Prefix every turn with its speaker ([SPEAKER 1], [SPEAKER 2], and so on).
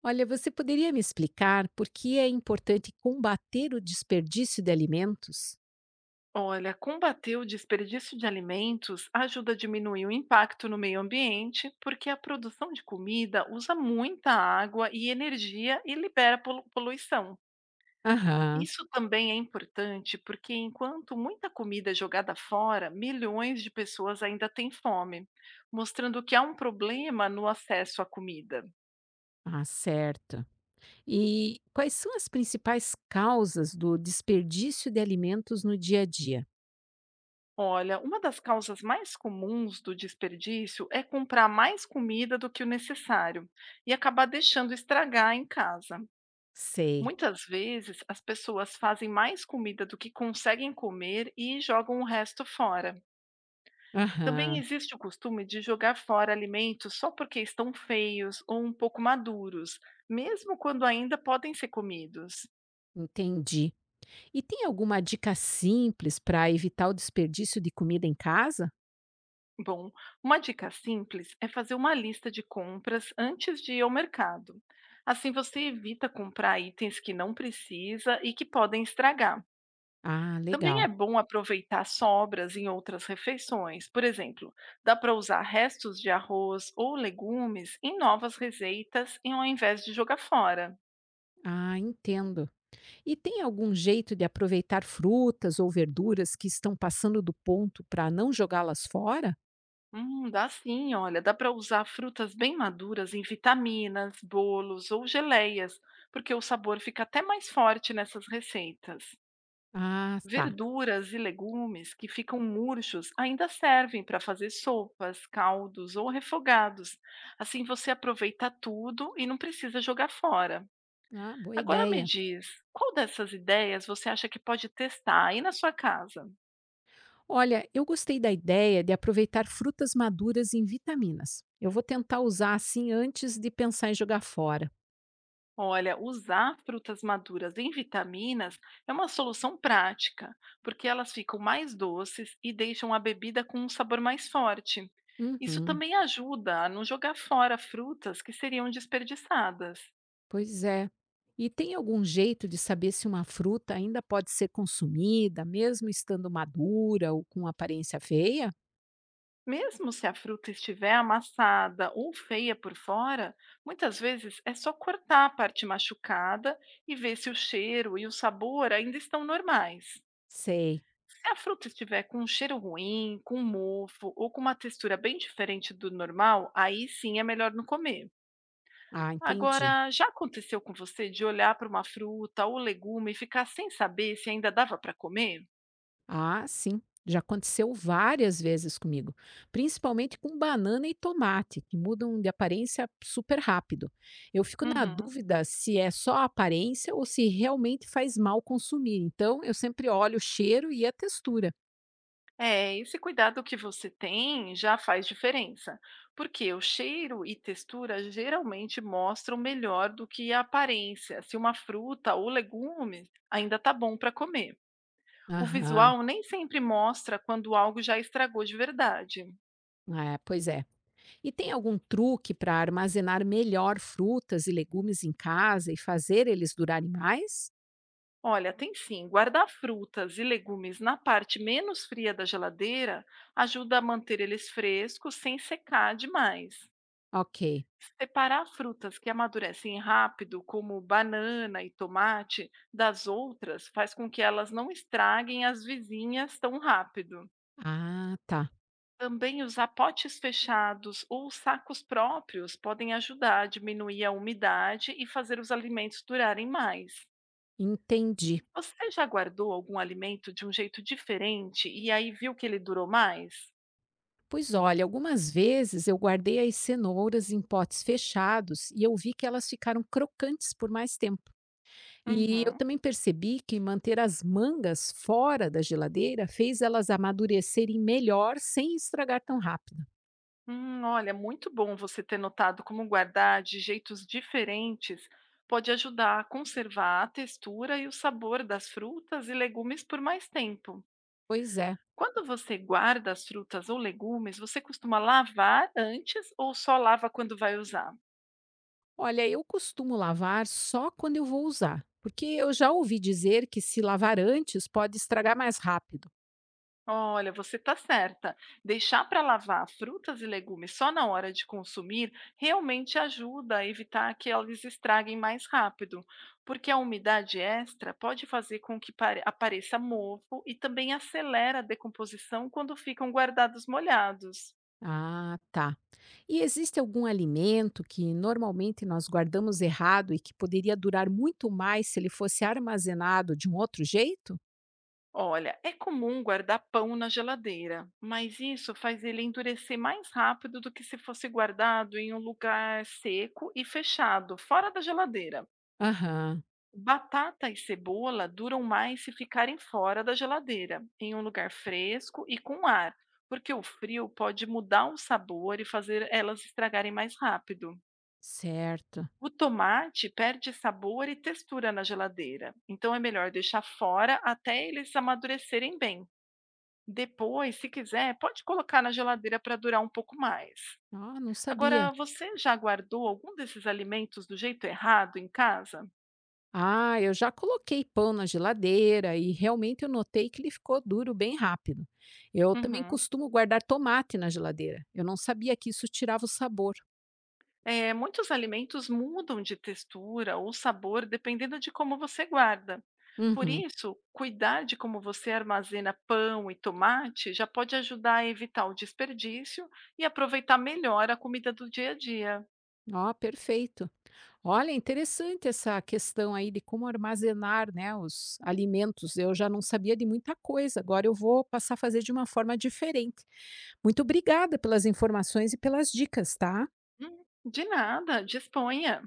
[SPEAKER 1] Olha, você poderia me explicar por que é importante combater o desperdício de alimentos?
[SPEAKER 2] Olha, combater o desperdício de alimentos ajuda a diminuir o impacto no meio ambiente, porque a produção de comida usa muita água e energia e libera poluição.
[SPEAKER 1] Aham,
[SPEAKER 2] Isso também é importante porque, enquanto muita comida é jogada fora, milhões de pessoas ainda têm fome, mostrando que há um problema no acesso à comida.
[SPEAKER 1] ah, certo. E quais são as principais causas do desperdício de alimentos no dia a dia?
[SPEAKER 2] Olha, uma das causas mais comuns do desperdício é comprar mais comida do que o necessário e acabar deixando estragar em casa.
[SPEAKER 1] Sei.
[SPEAKER 2] Muitas vezes, as pessoas fazem mais comida do que conseguem comer e jogam o resto fora. Também
[SPEAKER 1] Aham,
[SPEAKER 2] existe o costume de jogar fora alimentos só porque estão feios ou um pouco maduros, mesmo quando ainda podem ser comidos.
[SPEAKER 1] entendi. E tem alguma dica simples para evitar o desperdício de comida em casa?
[SPEAKER 2] Bom, uma dica simples é fazer uma lista de compras antes de ir ao mercado. Assim você evita comprar itens que não precisa e que podem estragar.
[SPEAKER 1] Ah,
[SPEAKER 2] Também é
[SPEAKER 1] legal.
[SPEAKER 2] bom aproveitar sobras em outras refeições. Por exemplo, dá para usar restos de arroz ou legumes em novas receitas e ao invés de jogar fora.
[SPEAKER 1] Ah, entendo. E tem algum jeito de aproveitar frutas ou verduras que estão passando do ponto para não jogá-las fora?
[SPEAKER 2] Dá sim, olha, dá para usar frutas bem maduras em vitaminas, bolos ou geleias, porque o sabor fica até mais forte nessas receitas.
[SPEAKER 1] Ah, tá.
[SPEAKER 2] Verduras e legumes que ficam murchos ainda servem para fazer sopas, caldos ou refogados. Assim você aproveita tudo e não precisa jogar fora.
[SPEAKER 1] Ah, boa
[SPEAKER 2] Agora me
[SPEAKER 1] ideia.
[SPEAKER 2] diz, qual dessas ideias você acha que pode testar aí na sua casa?
[SPEAKER 1] Olha, eu gostei da ideia de aproveitar frutas maduras em vitaminas. Eu vou tentar usar assim antes de pensar em jogar fora.
[SPEAKER 2] Olha, usar frutas maduras em vitaminas é uma solução prática, porque elas ficam mais doces e deixam a bebida com um sabor mais forte. Isso
[SPEAKER 1] Uhum,
[SPEAKER 2] também ajuda a não jogar fora frutas que seriam desperdiçadas.
[SPEAKER 1] pois é. E tem algum jeito de saber se uma fruta ainda pode ser consumida, mesmo estando madura ou com aparência feia?
[SPEAKER 2] Mesmo se a fruta estiver amassada ou feia por fora, muitas vezes é só cortar a parte machucada e ver se o cheiro e o sabor ainda estão normais.
[SPEAKER 1] Sei.
[SPEAKER 2] Se a fruta estiver com um cheiro ruim, com mofo ou com uma textura bem diferente do normal, aí sim é melhor não comer.
[SPEAKER 1] Ah, entendi.
[SPEAKER 2] Agora, já aconteceu com você de olhar para uma fruta ou legume e ficar sem saber se ainda dava para comer?
[SPEAKER 1] Ah, sim. Já aconteceu várias vezes comigo, principalmente com banana e tomate, que mudam de aparência super rápido. Eu fico na
[SPEAKER 2] Uhum.
[SPEAKER 1] dúvida se é só a aparência ou se realmente faz mal consumir. Então, eu sempre olho o cheiro e a textura.
[SPEAKER 2] É, esse cuidado que você tem já faz diferença, porque o cheiro e textura geralmente mostram melhor do que a aparência, se uma fruta ou legume ainda tá bom para comer. O
[SPEAKER 1] Aham.
[SPEAKER 2] visual nem sempre mostra quando algo já estragou de verdade.
[SPEAKER 1] É, pois é. E tem algum truque para armazenar melhor frutas e legumes em casa e fazer eles durarem mais?
[SPEAKER 2] Olha, tem sim, guardar frutas e legumes na parte menos fria da geladeira ajuda a manter eles frescos sem secar demais.
[SPEAKER 1] Ok.
[SPEAKER 2] Separar frutas que amadurecem rápido, como banana e tomate, das outras faz com que elas não estraguem as vizinhas tão rápido.
[SPEAKER 1] Ah, tá.
[SPEAKER 2] Também usar potes fechados ou sacos próprios podem ajudar a diminuir a umidade e fazer os alimentos durarem mais.
[SPEAKER 1] Entendi.
[SPEAKER 2] Você já guardou algum alimento de um jeito diferente e aí viu que ele durou mais?
[SPEAKER 1] Pois olha, algumas vezes eu guardei as cenouras em potes fechados e eu vi que elas ficaram crocantes por mais tempo. E eu
[SPEAKER 2] Uhum.
[SPEAKER 1] também percebi que manter as mangas fora da geladeira fez elas amadurecerem melhor sem estragar tão rápido.
[SPEAKER 2] Olha, muito bom você ter notado como guardar de jeitos diferentes pode ajudar a conservar a textura e o sabor das frutas e legumes por mais tempo.
[SPEAKER 1] Pois é.
[SPEAKER 2] Quando você guarda as frutas ou legumes, você costuma lavar antes ou só lava quando vai usar?
[SPEAKER 1] Olha, eu costumo lavar só quando eu vou usar, porque eu já ouvi dizer que se lavar antes pode estragar mais rápido.
[SPEAKER 2] Olha, você está certa. Deixar para lavar frutas e legumes só na hora de consumir realmente ajuda a evitar que elas estraguem mais rápido, porque a umidade extra pode fazer com que apareça mofo e também acelera a decomposição quando ficam guardados molhados.
[SPEAKER 1] Ah, tá. E existe algum alimento que normalmente nós guardamos errado e que poderia durar muito mais se ele fosse armazenado de um outro jeito?
[SPEAKER 2] Olha, é comum guardar pão na geladeira, mas isso faz ele endurecer mais rápido do que se fosse guardado em um lugar seco e fechado, fora da geladeira.
[SPEAKER 1] Aham,
[SPEAKER 2] Batata e cebola duram mais se ficarem fora da geladeira, em um lugar fresco e com ar, porque o frio pode mudar o sabor e fazer elas estragarem mais rápido.
[SPEAKER 1] certo.
[SPEAKER 2] O tomate perde sabor e textura na geladeira, então é melhor deixar fora até eles amadurecerem bem. Depois, se quiser, pode colocar na geladeira para durar um pouco mais.
[SPEAKER 1] Ah, não sabia.
[SPEAKER 2] Agora, você já guardou algum desses alimentos do jeito errado em casa?
[SPEAKER 1] Ah, eu já coloquei pão na geladeira e realmente eu notei que ele ficou duro bem rápido. Eu também
[SPEAKER 2] Uhum.
[SPEAKER 1] costumo guardar tomate na geladeira. Eu não sabia que isso tirava o sabor.
[SPEAKER 2] É, muitos alimentos mudam de textura ou sabor dependendo de como você guarda. Por
[SPEAKER 1] Uhum.
[SPEAKER 2] isso, cuidar de como você armazena pão e tomate já pode ajudar a evitar o desperdício e aproveitar melhor a comida do dia a dia.
[SPEAKER 1] Ó, perfeito. Olha, interessante essa questão aí de como armazenar, né, os alimentos. Eu já não sabia de muita coisa, agora eu vou passar a fazer de uma forma diferente. Muito obrigada pelas informações e pelas dicas, tá?
[SPEAKER 2] De nada, disponha.